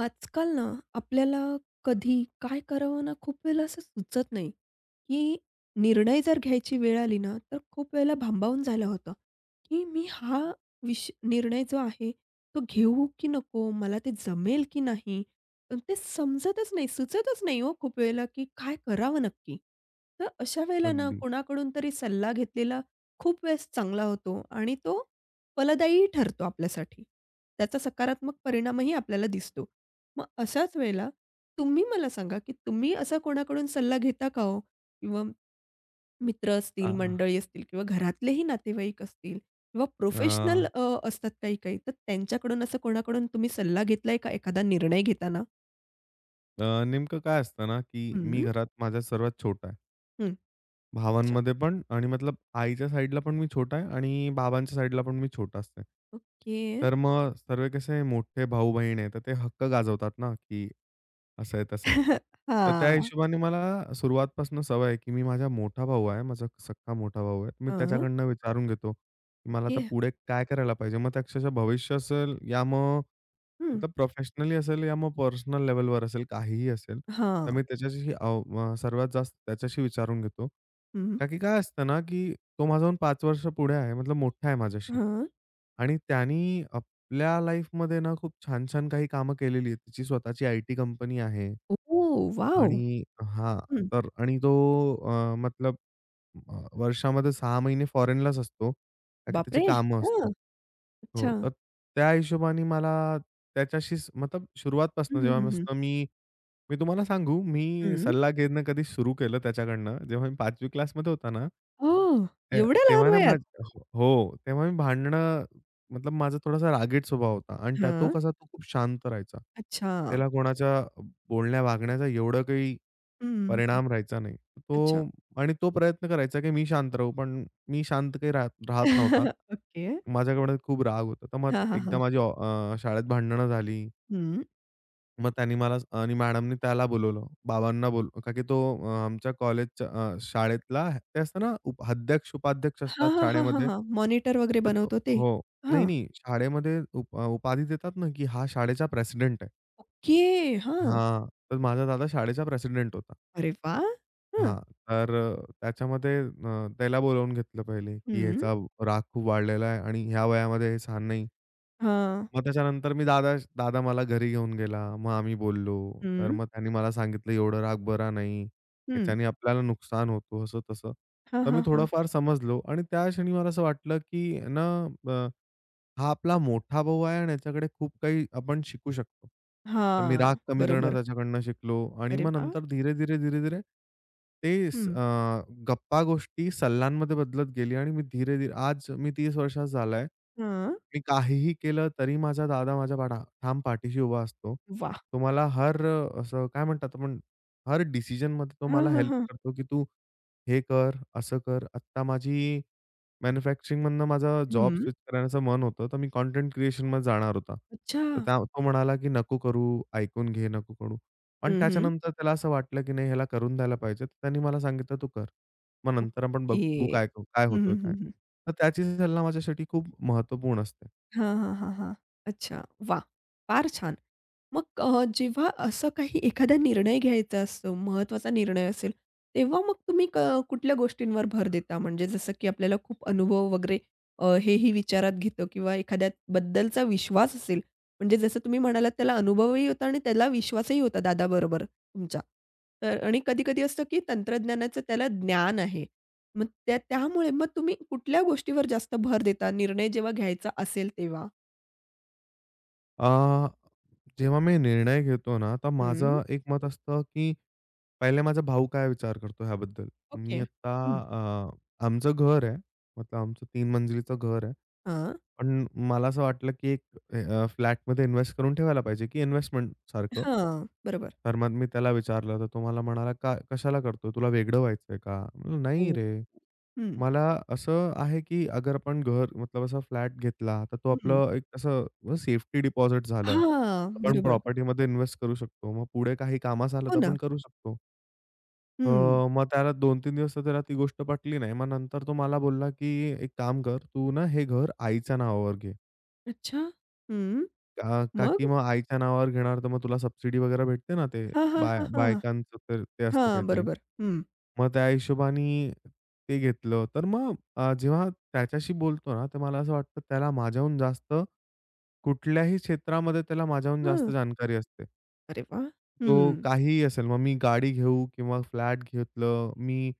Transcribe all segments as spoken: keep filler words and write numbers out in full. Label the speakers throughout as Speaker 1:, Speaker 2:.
Speaker 1: आजकाल ना, आपल्याला कधी काय करावं ना, खूप वेळेला असं सुचत नाही, की निर्णय जर घ्यायची वेळ आली ना, तर खूप वेळेला भांबावून झालं होतं, की मी हा विष निर्णय जो आहे, तो घेऊ की नको? मला ते जमेल की नाही? पण ते समजतच नाही, सुचतच नाही हो खूप वेळेला, की काय करावं नक्की? तर अशा वेळेला ना,
Speaker 2: अगदी.
Speaker 1: कोणाकडून तरी सल्ला घेतलेला खूप वेळेस चांगला होतो आणि तो फलदायीही ठरतो आपल्यासाठी. त्याचा सकारात्मक परिणामही आपल्याला दिसतो. मग अशाच वेळेला तुम्ही मला सांगा, की तुम्ही असा कोणाकडून सल्ला घेता का हो? किंवा मित्र असतील,
Speaker 2: हां.
Speaker 1: मंडळी असतील किंवा घरातलेही नातेवाईक असतील किंवा
Speaker 2: अ,
Speaker 1: प्रोफेशनल अ, असतात काही-काही, तर त्यांच्याकडून असं कोणाकडून तुम्ही सल्ला घेतलाय का एखादा निर्णय घेताना?
Speaker 2: अ, नेमकं काय असतं ना, की
Speaker 1: हं,
Speaker 2: मी घरात माझ्या सर्वात छोटा आहे.
Speaker 1: हं. अच्छा.
Speaker 2: भावांमध्ये पण आणि मतलब आईच्या साईडला पण मी छोटा आहे आणि बाबांच्या साईडला पण मी छोटा असते.
Speaker 1: ओके.
Speaker 2: तर मग सर्व कसे मोठे भाऊ-बहीण आहे, तर ते हक्क गाजवतात ना, की असं आहे, तसं आहे. तर त्या
Speaker 1: हां.
Speaker 2: हिशोबाने मला सुरुवातपासून सवय आहे, की मी माझा मोठा भाऊ आहे, माझा सख्खा मोठा भाऊ आहे. मी
Speaker 1: हां.
Speaker 2: त्याच्याकडनं विचारून घेतो, की मला
Speaker 1: ओके.
Speaker 2: आता पुढे काय करायला पाहिजे. मग ते अक्षरशः भविष्य असेल या मग
Speaker 1: हं.
Speaker 2: मतलब प्रोफेशनली असेल या मग पर्सनल लेव्हलवर असेल, काहीही असेल. तर
Speaker 1: हां.
Speaker 2: मी त्याच्याशी अव अ, सर्वात जास्त त्याच्याशी विचारून घेतो.
Speaker 1: हं.
Speaker 2: का की काय असतं ना, की तो माझ्याहून पाच वर्ष पुढे आहे, मतलब मोठा आहे माझ्याशी
Speaker 1: हां.
Speaker 2: आणि त्यानी आपल्या लाईफमध्ये ना खूप छान-छान काही कामं केलेली आहे. तिची स्वतःची आयटी कंपनी आहे
Speaker 1: ओह! वॉव!
Speaker 2: आणि हां,
Speaker 1: हं.
Speaker 2: तर आणि तो अ, मतलब अ, वर्षामध्ये सहा महिने फॉरेनलाच असतो. का की
Speaker 1: बापरे!
Speaker 2: त्याची कामं
Speaker 1: हां.
Speaker 2: असतात. हो,
Speaker 1: अच्छा.
Speaker 2: तर त्या हिशोबाने मला त्याच्याशीच मतलब
Speaker 1: हं,
Speaker 2: सुरुवातपासून
Speaker 1: हं,
Speaker 2: जेव्हा
Speaker 1: हं, हं.
Speaker 2: मस्त मी मी तुम्हाला सांगू, मी
Speaker 1: हं.
Speaker 2: सल्ला घेणं कधी सुरू केलं त्याच्याकडनं, जेव्हा मी पाचवी क्लासमध्ये होता ना,
Speaker 1: ओह!
Speaker 2: ते
Speaker 1: एवढ्या लहान
Speaker 2: तेव्हा ना
Speaker 1: वयात?
Speaker 2: माझं हो, हो, तेव्हा मी भांडणं मतलब माझा थोडासा रागीट स्वभाव होता आणि त्या तो
Speaker 1: हां.
Speaker 2: कसा तो खूप शांत राहायचा.
Speaker 1: अच्छा.
Speaker 2: त्याला कोणाच्या बोलण्या वागण्याचा एवढा काही
Speaker 1: हं, हं.
Speaker 2: परिणाम राहायचा नाही. तो
Speaker 1: अच्छा.
Speaker 2: आणि तो प्रयत्न करायचा की मी शांत राहू, पण मी शांत काही राहत राहत नव्हता.
Speaker 1: ओके.
Speaker 2: माझ्याकडे खूप राग होता. तर मग
Speaker 1: हां, हां,
Speaker 2: एकदा
Speaker 1: हां.
Speaker 2: माझी ऑ अ, शाळेत भांडणं झाली.
Speaker 1: हं.
Speaker 2: मग त्यांनी मला आणि मॅडमनी त्याला बोलवलं. बाबांना बोल का की तो अ, आमच्या कॉलेजच्या अ, शाळेतला ते असतं ना उप अध्यक्ष, उपाध्यक्ष
Speaker 1: हां,
Speaker 2: असतात
Speaker 1: हां, हां, हां,
Speaker 2: शाळेमध्ये.
Speaker 1: हां. मॉनिटर वगैरे
Speaker 2: तर तो
Speaker 1: बनवतो ते?
Speaker 2: हो. नाही,
Speaker 1: हां.
Speaker 2: नाही. शाळेमध्ये उप अ, उपाधी देतात ना, की हा शाळेचा प्रेसिडेंट आहे.
Speaker 1: ओके. हां.
Speaker 2: हां. तर माझा दादा शाळेचा प्रेसिडेंट होता.
Speaker 1: अरे वाह! हं.
Speaker 2: हां. तर अ, त्याच्यामध्ये अ, त्याला बोलावून घेतलं पहिले, की
Speaker 1: हं.
Speaker 2: ह्याचा राग खूप वाढलेला आहे आणि ह्या वयामध्ये हे सहन नाही
Speaker 1: हां.
Speaker 2: मग त्याच्यानंतर मी दादा दादा मला घरी घेऊन गेला. मग आम्ही बोललो. तर
Speaker 1: हं,
Speaker 2: मग त्यांनी मला सांगितलं, "एवढं राग बरा नाही.
Speaker 1: हं.
Speaker 2: ह्याच्याने आपल्याला नुकसान होतो," असं तसं.
Speaker 1: हां,
Speaker 2: तर मी
Speaker 1: हां, हां.
Speaker 2: थोडंफार समजलो आणि त्या क्षणी मला असं वाटलं, की ना अ हा आपला मोठा भाऊ आहे आणि याच्याकडे खूप काही आपण शिकू शकतो. तर मी
Speaker 1: हां.
Speaker 2: राग कमी करणं
Speaker 1: बरोबर.
Speaker 2: त्याच्याकडनं शिकलो आणि
Speaker 1: अरे
Speaker 2: मग
Speaker 1: वाह!
Speaker 2: नंतर धीरे-धीरे, धीरे-धीरे ते स
Speaker 1: हं.
Speaker 2: अ, गप्पा गोष्टी सल्ल्यांमध्ये बदलत गेली आणि मी धीरे-धीरे आज मी तीस वर्षाचा झालाय.
Speaker 1: हां.
Speaker 2: मी काहीही केलं तरी माझा दादा माझ्या पाठा ठाम पाठीशी उभा असतो.
Speaker 1: वाह!
Speaker 2: तो मला हर अ, असं काय म्हणतात आपण हर डिसिजनमध्ये तो
Speaker 1: हां,
Speaker 2: मला
Speaker 1: हां,
Speaker 2: हेल्प
Speaker 1: हां.
Speaker 2: करतो, की "तू हे कर, असं कर." आत्ता माझी मॅन्युफॅक्चरिंगमधनं माझा जॉब
Speaker 1: हं.
Speaker 2: स्विच करण्याचं मन होतं, तर मी कंटेंट क्रिएशनमध्ये जाणार होता.
Speaker 1: अच्छा.
Speaker 2: तर त्या तो म्हणाला, की "नको करू, ऐकून घे, नको करू." पण
Speaker 1: हं, हं.
Speaker 2: त्याच्यानंतर त्याला असं वाटलं, की नाही ह्याला करून द्यायला पाहिजे. तर त्यांनी मला सांगितलं, "तू कर. मग नंतर आपण
Speaker 1: ओके.
Speaker 2: बघू काय काय
Speaker 1: हं,
Speaker 2: होतोय
Speaker 1: हं,
Speaker 2: काय."
Speaker 1: हं,
Speaker 2: तर त्याची सल्ला माझ्यासाठी खूप महत्त्वपूर्ण असते.
Speaker 1: हां, हां, हां, हां. अच्छा, वाह! फार छान. मग अ, जेव्हा असं काही एखादा निर्णय घ्यायचा असतो, महत्त्वाचा निर्णय असेल, तेव्हा मग तुम्ही क कुठल्या गोष्टींवर भर देता? म्हणजे जसं की आपल्याला खूप अनुभव वगैरे अ, हेही विचारात घेतो किंवा एखाद्याबद्दलचा विश्वास असेल, म्हणजे जसं तुम्ही म्हणालात त्याला अनुभवही होता आणि त्याला विश्वासही होता दादाबरोबर तुमच्या. तर आणि कधी-कधी असतं की तंत्रज्ञानाचं त्याला ज्ञान आहे. मग त्या त्यामुळे मग तुम्ही कुठल्या गोष्टीवर जास्त भर देता निर्णय जेव्हा घ्यायचा असेल तेव्हा?
Speaker 2: अ, जेव्हा मी निर्णय घेतो ना, तर
Speaker 1: हं.
Speaker 2: माझं एक मत असतं, की पहिले माझा भाऊ काय विचार करतो ह्याबद्दल. मी
Speaker 1: ओके.
Speaker 2: आत्ता
Speaker 1: हं.
Speaker 2: अ, आमचं घर आहे. मतलब आमचं तीन मंजिलीचं घर आहे.
Speaker 1: हां.
Speaker 2: पण मला असं वाटलं, की एक अ, फ्लॅटमध्ये इन्व्हेस्ट करून ठेवायला पाहिजे, की इन्व्हेस्टमेंटसारखं.
Speaker 1: हां. बरोबर.
Speaker 2: तर मग मी त्याला विचारलं, तर तो मला म्हणाला, "का कशाला करतोय? तुला वेगळं व्हायचंय का?" म्हणलं, "नाही
Speaker 1: हो.
Speaker 2: रे,
Speaker 1: हं.
Speaker 2: मला असं आहे, की अगर आपण घर मतलब असा फ्लॅट घेतला, तर तो
Speaker 1: हं.
Speaker 2: आपलं एक असं सेफ्टी डिपॉझिट झालं.
Speaker 1: हां.
Speaker 2: आपण
Speaker 1: बरोबर.
Speaker 2: प्रॉपर्टीमध्ये इन्व्हेस्ट करू शकतो. मग पुढे काही कामास आलं
Speaker 1: हो
Speaker 2: तर
Speaker 1: ना.
Speaker 2: आपण करू शकतो."
Speaker 1: हं.
Speaker 2: तर मग त्याला दोन-तीन दिवस तर त्याला ती गोष्ट पटली नाही. मग नंतर तो मला बोलला, की "एक काम कर, तू ना हे घर आईच्या नावावर घे."
Speaker 1: अच्छा. हं.
Speaker 2: का का की
Speaker 1: मग?
Speaker 2: मग आईच्या नावावर घेणार, तर मग तुला सबसिडी वगैरे भेटते ना ते
Speaker 1: हां, हां,
Speaker 2: बाय
Speaker 1: हां, हां.
Speaker 2: बायकांचं तर ते असतं
Speaker 1: हां.
Speaker 2: काहीतरी.
Speaker 1: बरोबर. हं.
Speaker 2: मग त्या हिशोबाने ते घेतलं. तर मग अ, जेव्हा त्याच्याशी बोलतो ना, तर मला असं वाटतं त्याला माझ्याहून जास्त कुठल्याही क्षेत्रामध्ये त्याला माझ्याहून
Speaker 1: हं.
Speaker 2: जास्त जाणकारी असते.
Speaker 1: अरे वाह!
Speaker 2: तो
Speaker 1: हं.
Speaker 2: काहीही असेल, मग मी गाडी घेऊ किंवा फ्लॅट घेतलं, मी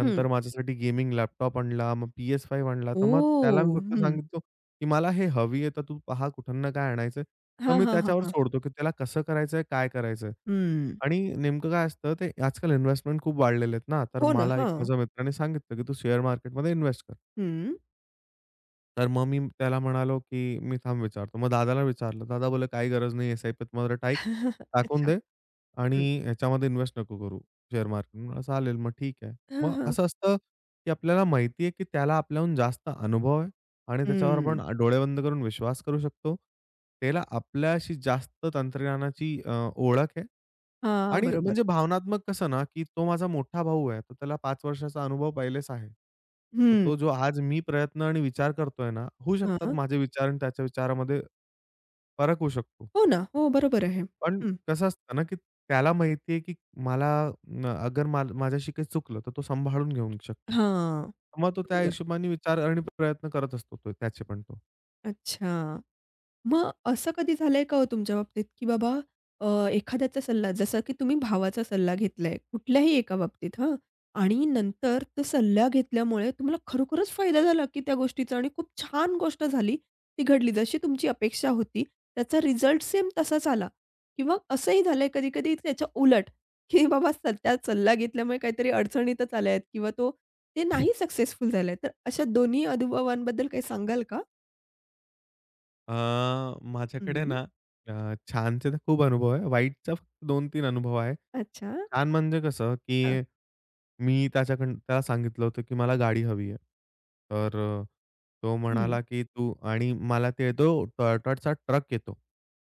Speaker 1: हं.
Speaker 2: माझ्यासाठी गेमिंग लॅपटॉप आणला, मग पी एस फाईव्ह आणला, तर मग त्याला मी
Speaker 1: ओह!
Speaker 2: फक्त
Speaker 1: हं.
Speaker 2: सांगितलं की मला हे हवी आहे, तर तू पहा कुठं ना काय आणायचंय. तर
Speaker 1: हां,
Speaker 2: मी
Speaker 1: हां, हां,
Speaker 2: त्याच्यावर
Speaker 1: हां.
Speaker 2: सोडतो, की त्याला कसं करायचंय, काय करायचंय?
Speaker 1: हं.
Speaker 2: आणि नेमकं काय असतं ते आजकाल इन्व्हेस्टमेंट खूप वाढलेले आहेत ना, तर
Speaker 1: हो ना.
Speaker 2: मला एक
Speaker 1: हां.
Speaker 2: माझ्या मित्राने सांगितलं, की "तू शेअर मार्केटमध्ये इन्व्हेस्ट कर."
Speaker 1: हं.
Speaker 2: तर मग मी त्याला म्हणालो, की "मी थांब विचारतो." मग दादाला विचारलं. दादा बोलला, "काही गरज नाही. एस-आयपीत मला टाईक टाकून
Speaker 1: अच्छा.
Speaker 2: दे आणि
Speaker 1: हं.
Speaker 2: ह्याच्यामध्ये इन्व्हेस्ट नको करू शेअर मार्केट." म्हणलं, "चालेल, मग ठीक आहे."
Speaker 1: हां,
Speaker 2: मग
Speaker 1: हां.
Speaker 2: असं असतं, की आपल्याला माहिती आहे, की त्याला आपल्याहून जास्त अनुभव आहे आणि त्याच्यावर
Speaker 1: हं.
Speaker 2: आपण डोळे बंद करून विश्वास करू शकतो. त्याला आपल्याशी जास्त तंत्रज्ञानाची अ, ओळख आहे.
Speaker 1: हां.
Speaker 2: आणि
Speaker 1: बरोबर.
Speaker 2: म्हणजे भावनात्मक कसं ना, की तो माझा मोठा भाऊ आहे. तर त्याला पाच वर्षाचा अनुभव पहिलेच आहे. तर
Speaker 1: हं.
Speaker 2: तो जो आज मी प्रयत्न आणि विचार करतोय ना, होऊ शकतात
Speaker 1: हां.
Speaker 2: माझे विचार आणि त्याच्या विचारामध्ये फरक होऊ शकतो.
Speaker 1: हो ना. हो, बरोबर आहे.
Speaker 2: पण
Speaker 1: हं.
Speaker 2: कसं असतं ना, की त्याला माहिती आहे, की मला अ, अगर मा माझ्याशी काही चुकलं, तर तो सांभाळून घेऊ शकतो.
Speaker 1: हां.
Speaker 2: मग तो त्या
Speaker 1: बरोबर.
Speaker 2: हिशोबाने विचार आणि प्रयत्न करत असतो तो त्याचे पण तो.
Speaker 1: अच्छा. मग असं कधी झालंय का हो तुमच्या बाबतीत, की बाबा अ, एखाद्याचा सल्ला जसं की तुम्ही भावाचा सल्ला घेतलाय, कुठल्याही एका बाबतीत हां. आणि नंतर तो सल्ला घेतल्यामुळे तुम्हाला खरोखरच फायदा झाला, की त्या गोष्टीचा आणि खूप छान गोष्ट झाली, ती घडली. जशी तुमची अपेक्षा होती, त्याचा रिझल्ट सेम तसाच आला. किंवा असंही झालंय कधी-कधी त्याच्या उलट, की बाबा सध्या सल्ला घेतल्यामुळे काहीतरी अडचणीतच आल्या आहेत किंवा तो ते नाही सक्सेसफुल झालंय. तर अशा दोन्ही अनुभवांबद्दल काही सांगाल का?
Speaker 2: अ, माझ्याकडे
Speaker 1: हं.
Speaker 2: ना अ, छानचे तर खूप अनुभव आहे. वाईटचा फक्त दोन-तीन अनुभव आहे.
Speaker 1: अच्छा.
Speaker 2: छान म्हणजे कसं, की मी त्याच्याकडून त्याला सांगितलं होतं, की मला गाडी हवी आहे. तर अ, तो
Speaker 1: हं.
Speaker 2: म्हणाला, की "तू" आणि मला ते तो Toyotaचा ट्रक येतो.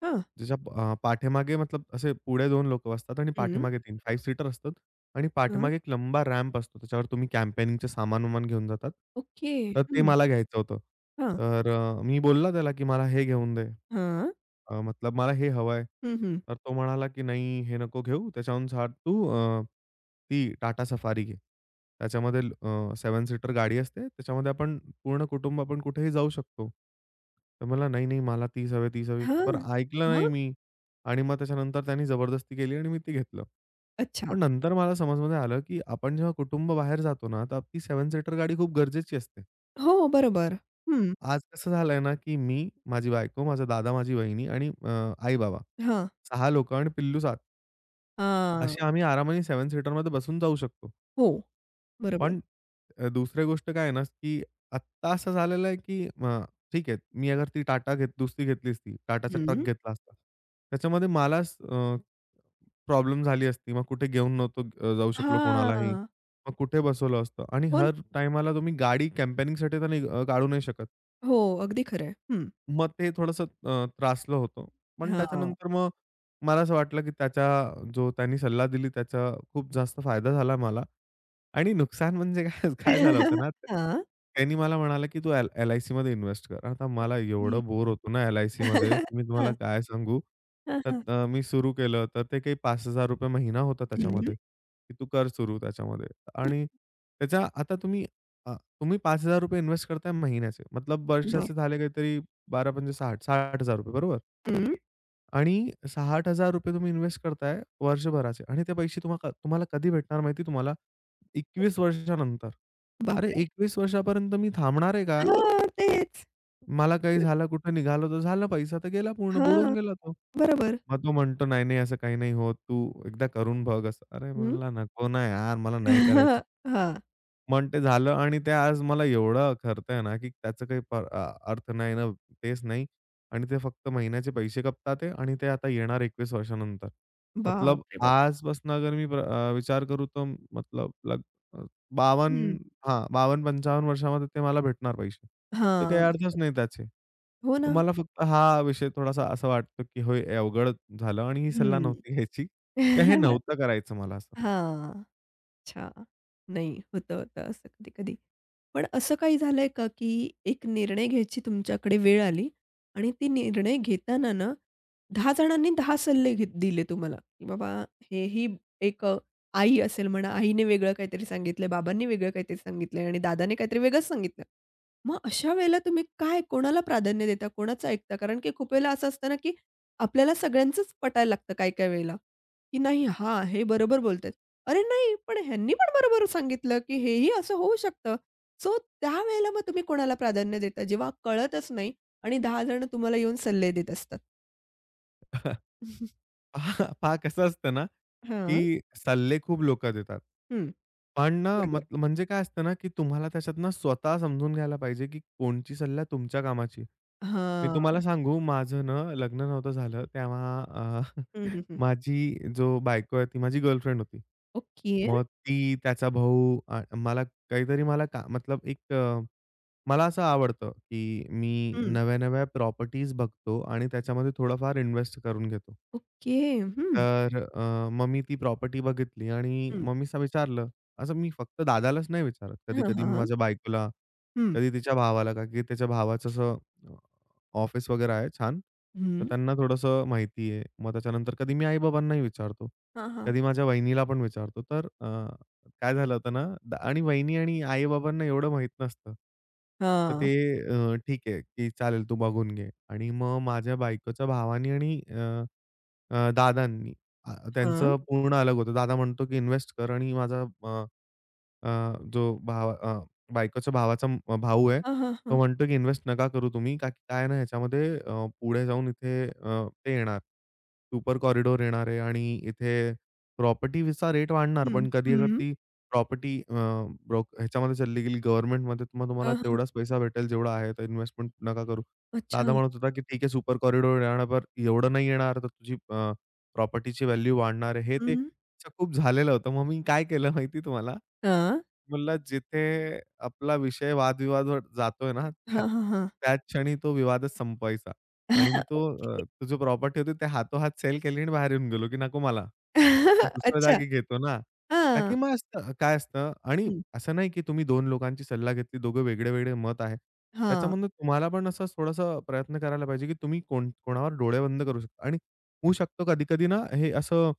Speaker 1: हां.
Speaker 2: त्याच्या अ, पाठीमागे मतलब असे पुढे दोन लोकं बसतात आणि
Speaker 1: हं.
Speaker 2: पाठीमागे तीन फाइव्ह सीटर असतं. आणि
Speaker 1: हं.
Speaker 2: पाठीमागे एक लंबा रॅम्प असतो. त्याच्यावर तुम्ही कॅम्पेनिंगचं सामान-वामान घेऊन जातात.
Speaker 1: ओके.
Speaker 2: तर ते
Speaker 1: हं.
Speaker 2: मला घ्यायचं होतं.
Speaker 1: हां.
Speaker 2: तर अ, मी बोलला त्याला, की "मला हे घेऊन दे.
Speaker 1: हां.
Speaker 2: अ, मतलब मला हे हवं
Speaker 1: हं, हं.
Speaker 2: तर तो म्हणाला, की "नाही, हे नको घेऊ. त्याच्याहून छान तू अ, ती टाटा सफारी घे. त्याच्यामध्ये अ, सात सीटर गाडी असते. त्याच्यामध्ये आपण पूर्ण कुटुंब आपण कुठेही जाऊ शकतो." तर मला, "नाही, नाही, मला तीच हवी, तीच हवी." पण
Speaker 1: हां.
Speaker 2: ऐकलं नाही
Speaker 1: मग?
Speaker 2: मी. आणि मग त्याच्यानंतर त्यांनी जबरदस्ती केली आणि मी ते घेतलं.
Speaker 1: अच्छा.
Speaker 2: पण नंतर मला समजमध्ये आलं, की आपण जेव्हा कुटुंब बाहेर जातो ना, तर आपली सात सीटर गाडी खूप गरजेची असते.
Speaker 1: हो, बरोबर. हं.
Speaker 2: आज कसं झालंय ना, की मी, माझी बायको, माझा दादा, माझी वहिनी आणि अ, आई-बाबा
Speaker 1: हां.
Speaker 2: सहा लोकं आणि पिल्लू सात
Speaker 1: हां.
Speaker 2: असे आम्ही आरामाने सात सीटरमध्ये बसून जाऊ शकतो.
Speaker 1: हो, बरोबर.
Speaker 2: पण अ, दुसरी गोष्ट काय आहे ना, की आत्ता असं झालेलं आहे, की अ, ठीक आहे, मी अगर ती टाटा घेत दुसरी घेतली असती, टाटाचा ट्रक
Speaker 1: हं.
Speaker 2: घेतला असता. त्याच्यामध्ये मलाच अ प्रॉब्लेम झाली असती. मग कुठे घेऊन नव्हतो अ, जाऊ शकलो कोणालाही.
Speaker 1: हां.
Speaker 2: मग कुठे बसवलं असतं आणि
Speaker 1: हो न
Speaker 2: हर टाईमाला तुम्ही गाडी कॅम्पेनिंगसाठी तर नाही अ, काढू नाही शकत.
Speaker 1: हो, अगदी खरं आहे. हं.
Speaker 2: मग ते थोडंसं अ, त्रासलं होतं. पण
Speaker 1: हां.
Speaker 2: त्याच्यानंतर मग मला असं वाटलं, की त्याचा जो त्यांनी सल्ला दिली त्याचा खूप जास्त फायदा झाला मला. आणि नुकसान म्हणजे काय काय झालं होतं ना,
Speaker 1: हां.
Speaker 2: त्यांनी मला म्हणाला, की "तू एल एल-आय-सीमध्ये इन्व्हेस्ट कर." आता मला
Speaker 1: हं.
Speaker 2: एवढं बोर होतो ना एल-आय-सीमध्ये, मी तुम्हाला
Speaker 1: हां.
Speaker 2: काय सांगू.
Speaker 1: हां,
Speaker 2: तर
Speaker 1: हां.
Speaker 2: अ, मी सुरू केलं, तर ते काही ₹पाच हजार महिना होता
Speaker 1: हं.
Speaker 2: त्याच्यामध्ये, की तू कर सुरू त्याच्यामध्ये. आणि त्याच्या आता तुम्ही अ, तुम्ही ₹पाच हजार इन्व्हेस्ट करताय महिन्याचे, मतलब
Speaker 1: हां.
Speaker 2: वर्षाचे झाले काहीतरी बारा पंचे साठ, ₹साठ हजार बरोबर?
Speaker 1: हं.
Speaker 2: आणि ₹साठ हजार तुम्ही इन्व्हेस्ट करताय वर्षभराचे आणि ते पैसे तुम्हा तुम्हाला कधी भेटणार माहिती आहे तुम्हाला? एकवीस वर्षानंतर. अरे
Speaker 1: बापरे!
Speaker 2: एकवीस वर्षापर्यंत मी थांबणार आहे का?
Speaker 1: हां, तेच.
Speaker 2: मला काही झालं, कुठे निघालो तर झालं, पैसा तर गेला पूर्ण बुडून
Speaker 1: हां,
Speaker 2: गेला तो.
Speaker 1: बरोबर.
Speaker 2: मग तो म्हणतो, "नाही, नाही, असं काही नाही होत. तू एकदा करून बघ असं." अरे
Speaker 1: हं.
Speaker 2: म्हणला, "नको ना यार, मला नाही करायचं."
Speaker 1: हां.
Speaker 2: पण ते झालं आणि ते आज मला एवढं खरतंय ना, की त्याचं काही प अ, अर्थ नाही ना तेच नाही आणि ते फक्त महिन्याचे पैसे खपतात आहे आणि ते आता येणार एकवीस वर्षानंतर. मतलब
Speaker 1: बापरे बाप!
Speaker 2: आजपासून अगर मी प्र अ, विचार करू तर मतलब लग अ,
Speaker 1: हं.
Speaker 2: बावन्न हां, बावन्न पंचावन्न वर्षामध्ये ते मला भेटणार पैसे. तर
Speaker 1: हां,
Speaker 2: काही अर्थच
Speaker 1: बरोबर.
Speaker 2: नाही त्याचे.
Speaker 1: हो
Speaker 2: तर
Speaker 1: ना.
Speaker 2: मला फक्त हा विषय थोडासा असा वाटतो, की होय अवघड झालं आणि ही सल्ला
Speaker 1: हं.
Speaker 2: नव्हती घ्यायची. हे नव्हतं करायचं मला
Speaker 1: हां.
Speaker 2: असं.
Speaker 1: अच्छा. नाही, होतं, होतं असं कधी-कधी. पण असं काही झालंय का, की एक निर्णय घ्यायची तुमच्याकडे वेळ आली आणि ती निर्णय घेताना ना, दहा जणांनी दहा सल्ले घेत दिले तुम्हाला, की बाबा हेही एक अ, आई असेल म्हणा, आईने वेगळं काहीतरी सांगितलंय, बाबांनी वेगळं काहीतरी सांगितलंय आणि दादाने काहीतरी वेगळंच सांगितलं. मग अशा वेळेला तुम्ही काय कोणाला प्राधान्य देता? कोणाचं ऐकता? कारण की खूप वेळेला असं असतं ना, की आपल्याला सगळ्यांचंच पटायला लागतं काही-काही वेळेला, की नाही, हां, हे बरोबर बोलतायत. अरे नाही, पण ह्यांनी पण बरोबर सांगितलं, की हेही असं होऊ शकतं. सो त्यावेळेला मग तुम्ही कोणाला प्राधान्य देता? जेव्हा कळतच नाही आणि दहा जण तुम्हाला येऊन सल्ले देत असतात.
Speaker 2: पहा पहा कसं असतं ना, की
Speaker 1: हां.
Speaker 2: सल्ले खूप लोकं देतात.
Speaker 1: हं.
Speaker 2: पण ना,
Speaker 1: बरोबर.
Speaker 2: मत म्हणजे काय असतं ना, की तुम्हाला त्याच्यातनं स्वतः समजून घ्यायला पाहिजे, की कोणची सल्ला तुमच्या कामाची आहे. मी तुम्हाला
Speaker 1: हां.
Speaker 2: सांगू, माझं ना लग्न नव्हतं झालं तेव्हा अ,
Speaker 1: हं, हं, हं.
Speaker 2: माझी जो बायको आहे, ती माझी गर्लफ्रेंड होती.
Speaker 1: ओके.
Speaker 2: मग ती, त्याचा भाऊ अ, मला काहीतरी मला का मतलब एक अ, मला असं आवडतं, की मी
Speaker 1: हं.
Speaker 2: नव्या-नव्या प्रॉपर्टीज बघतो आणि त्याच्यामध्ये थोडंफार इन्व्हेस्ट करून घेतो.
Speaker 1: ओके. हं,
Speaker 2: तर अ, मग मी ती प्रॉपर्टी बघितली आणि
Speaker 1: हं.
Speaker 2: मम्मीसला विचारलं. असं मी फक्त दादालाच नाही विचारत.
Speaker 1: हां,
Speaker 2: कधी-कधी
Speaker 1: हां,
Speaker 2: मी
Speaker 1: हां.
Speaker 2: माझ्या बायकोला,
Speaker 1: हं,
Speaker 2: कधी तिच्या भावाला, का की त्याच्या भावाचं असं अ, ऑफिस वगैरे आहे छान. तर
Speaker 1: हं.
Speaker 2: त्यांना थोडंसं माहिती आहे. मग त्याच्यानंतर कधी मी आई-बाबांनाही विचारतो.
Speaker 1: हां, हां.
Speaker 2: कधी माझ्या वहिनीला पण विचारतो. तर अ काय झालं होतं ना द आणि वहिनी आणि आई-बाबांना एवढं माहीत नसतं. तर
Speaker 1: हां.
Speaker 2: ते अ, ठीक आहे, की चालेल तू बघून घे. आणि मग माझ्या बायकोच्या भावानी आणि अ, अ, दादांनी अ,
Speaker 1: हां.
Speaker 2: त्यांचं पूर्ण अलग होतं. दादा म्हणतो, की इन्व्हेस्ट कर आणि माझा अ, जो भाव अ, बायकोच्या भावाचा अ, भाऊ आहे.
Speaker 1: हां, हां,
Speaker 2: तो
Speaker 1: हां.
Speaker 2: म्हणतो की इन्व्हेस्ट नका करू तुम्ही का की काय ना ह्याच्यामध्ये अ, पुढे जाऊन इथे अ, ते येणार, सुपर कॉरिडॉर येणार आहे आणि इथे प्रॉपर्टीचा रेट वाढणार.
Speaker 1: हं,
Speaker 2: पण कधी अगर
Speaker 1: हं.
Speaker 2: ती प्रॉपर्टी अ, ब्रोक ह्याच्यामध्ये चालली गेली गव्हर्नमेंटमध्ये मग तुम्हाला
Speaker 1: हां, हां.
Speaker 2: तेवढाच पैसा भेटेल जेवढा आहे, तर इन्व्हेस्टमेंट नका करू.
Speaker 1: अच्छा.
Speaker 2: दादा म्हणत होता की "ठीक आहे सुपर कॉरिडॉर येणार, पण एवढं नाही येणार तर तुझी प्रॉपर्टीची व्हॅल्यू वाढणार आहे." हे ते
Speaker 1: हं.
Speaker 2: अच्छा, खूप झालेलं होतं. मग मी काय केलं माहिती आहे तुम्हाला?
Speaker 1: हां.
Speaker 2: म्हणलं जिथे आपला विषय वादविवादवर जातोय ना, त्या
Speaker 1: हां, हां, हां.
Speaker 2: त्याच क्षणी तो विवादच संपवायचा आणि मी तो
Speaker 1: ओके.
Speaker 2: अ, तो जो प्रॉपर्टी होती ते हातोहात सेल केली आणि बाहेर येऊन गेलो, की नको मला. मी दुसऱ्या
Speaker 1: अच्छा.
Speaker 2: जागी घेतो ना. का की
Speaker 1: हां.
Speaker 2: मग असतं काय असतं आणि
Speaker 1: हं.
Speaker 2: असं नाही, की तुम्ही दोन लोकांची सल्ला घेतली, दोघं वेगळे-वेगळे मत आहे.
Speaker 1: हां.
Speaker 2: त्याच्यामधनं तुम्हाला पण असं थोडासा प्रयत्न करायला पाहिजे, की तुम्ही कोण कोणावर डोळे बंद करू शकता आणि होऊ शकतो कधी-कधी ना हे असं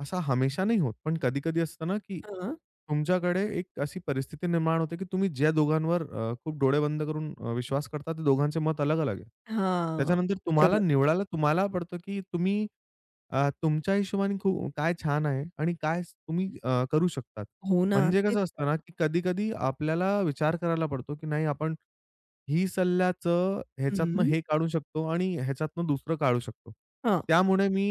Speaker 2: असा हमेशा नाही होत, पण कधी-कधी असतं ना, की
Speaker 1: हां.
Speaker 2: तुमच्याकडे एक अशी परिस्थिती निर्माण होते, की तुम्ही ज्या दोघांवर अ, खूप डोळे बंद करून अ, विश्वास करता, ते दोघांचे मत अलग-अलग आहे.
Speaker 1: हां.
Speaker 2: त्याच्यानंतर तुम्हाला
Speaker 1: बरोबर.
Speaker 2: निवडायला तुम्हाला पडतं, की तुम्ही अ, तुमच्या हिशोबाने खू काय छान आहे आणि काय तुम्ही अ, करू शकतात.
Speaker 1: हो ना,
Speaker 2: म्हणजे
Speaker 1: तेच
Speaker 2: कसं
Speaker 1: तर.
Speaker 2: असतं ना, की कधी-कधी आपल्याला विचार करायला पडतो, की नाही आपण ही सल्ल्याचं ह्याच्यातनं
Speaker 1: हं.
Speaker 2: हे काढू शकतो आणि ह्याच्यातनं दुसरं काढू शकतो.
Speaker 1: हां.
Speaker 2: त्यामुळे मी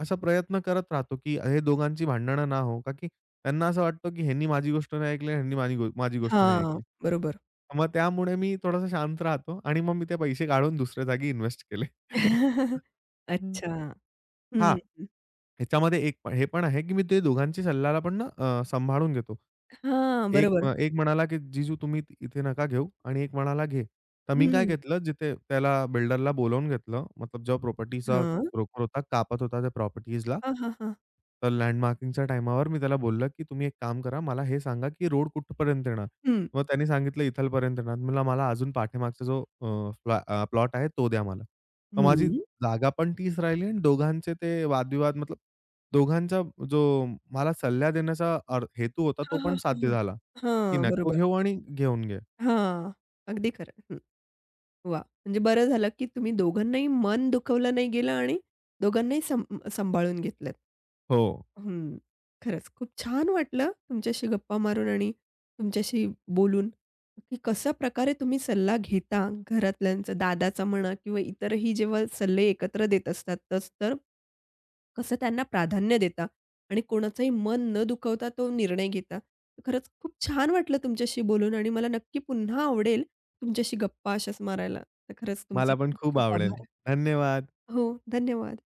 Speaker 2: असा प्रयत्न करत राहतो, की हे दोघांची भांडणं ना हो, का की त्यांना असं वाटतं, की ह्यांनी माझी गोष्ट नाही ऐकली, ह्यांनी माझी गो माझी गोष्ट नाही
Speaker 1: हां.
Speaker 2: ऐकली.
Speaker 1: बरोबर.
Speaker 2: मग त्यामुळे मी थोडासा शांत राहतो आणि मग मी ते पैसे काढून दुसऱ्या जागी इन्व्हेस्ट केले. हं.
Speaker 1: अच्छा. हं, हं.
Speaker 2: ह्याच्यामध्ये एक प- हे पण आहे, की मी ते दोघांची सल्ल्याला पण ना अ, सांभाळून घेतो.
Speaker 1: हां,
Speaker 2: एक
Speaker 1: बरोबर.
Speaker 2: अ, एक म्हणाला, की "जीजू तुम्ही ति- इथे नका घेऊ" आणि एक म्हणाला, "घे." तर मी काय
Speaker 1: हं.
Speaker 2: घेतलं, जिथे त्याला बिल्डरला बोलावून घेतलं, मतलब जो प्रॉपर्टीचा
Speaker 1: हां.
Speaker 2: ब्रोकर होता, कापत होता त्या प्रॉपर्टीजला.
Speaker 1: हां, हां, हां.
Speaker 2: तर लँडमार्किंगच्या टायमावर मी त्याला बोललं, की "तुम्ही एक काम करा, मला हे सांगा, की रोड कुठपर्यंत येणार?"
Speaker 1: हं.
Speaker 2: मग त्यांनी सांगितलं, "इथपर्यंत येणार." म्हणलं, "मला अजून पाठीमागचा जो अ, फ्लॅ अ, प्लॉट आहे, तो द्या मला." मग माझी
Speaker 1: हं.
Speaker 2: जागा पण तीच राहिली आणि दोघांचे ते वादविवाद मतलब दोघांचा जो मला सल्ला देण्याचा अर हेतू होता,
Speaker 1: हां,
Speaker 2: तो
Speaker 1: हां,
Speaker 2: पण
Speaker 1: हां,
Speaker 2: साध्य
Speaker 1: हां.
Speaker 2: झाला, की
Speaker 1: हां,
Speaker 2: नको
Speaker 1: बरोबर.
Speaker 2: घेऊ आणि घेऊन घे.
Speaker 1: हां. अगदी खरं. हं. वा, म्हणजे बरं झालं, की तुम्ही दोघांनाही मन दुखवलं नाही गेलं आणि दोघांनाही सं सांभाळून घेतलत.
Speaker 2: हो,
Speaker 1: हं. खरंच खूप छान वाटलं तुमच्याशी गप्पा मारून आणि तुमच्याशी बोलून, की कशा प्रकारे तुम्ही सल्ला घेता घरातल्यांचा, दादाचा म्हणा किंवा इतरही जेव्हा सल्ले एकत्र देत असतात, तस तर कसं त्यांना प्राधान्य देता आणि कोणाचंही मन न दुखवता तो निर्णय घेता. खरंच खूप छान वाटलं तुमच्याशी बोलून आणि मला नक्की पुन्हा आवडेल तुमच्याशी गप्पा अशाच मारायला. तर खरंच तुमचे
Speaker 2: मला पण
Speaker 1: खूप
Speaker 2: खूप
Speaker 1: खूप
Speaker 2: आवडेल.
Speaker 1: आभार.
Speaker 2: धन्यवाद.
Speaker 1: हो, धन्यवाद.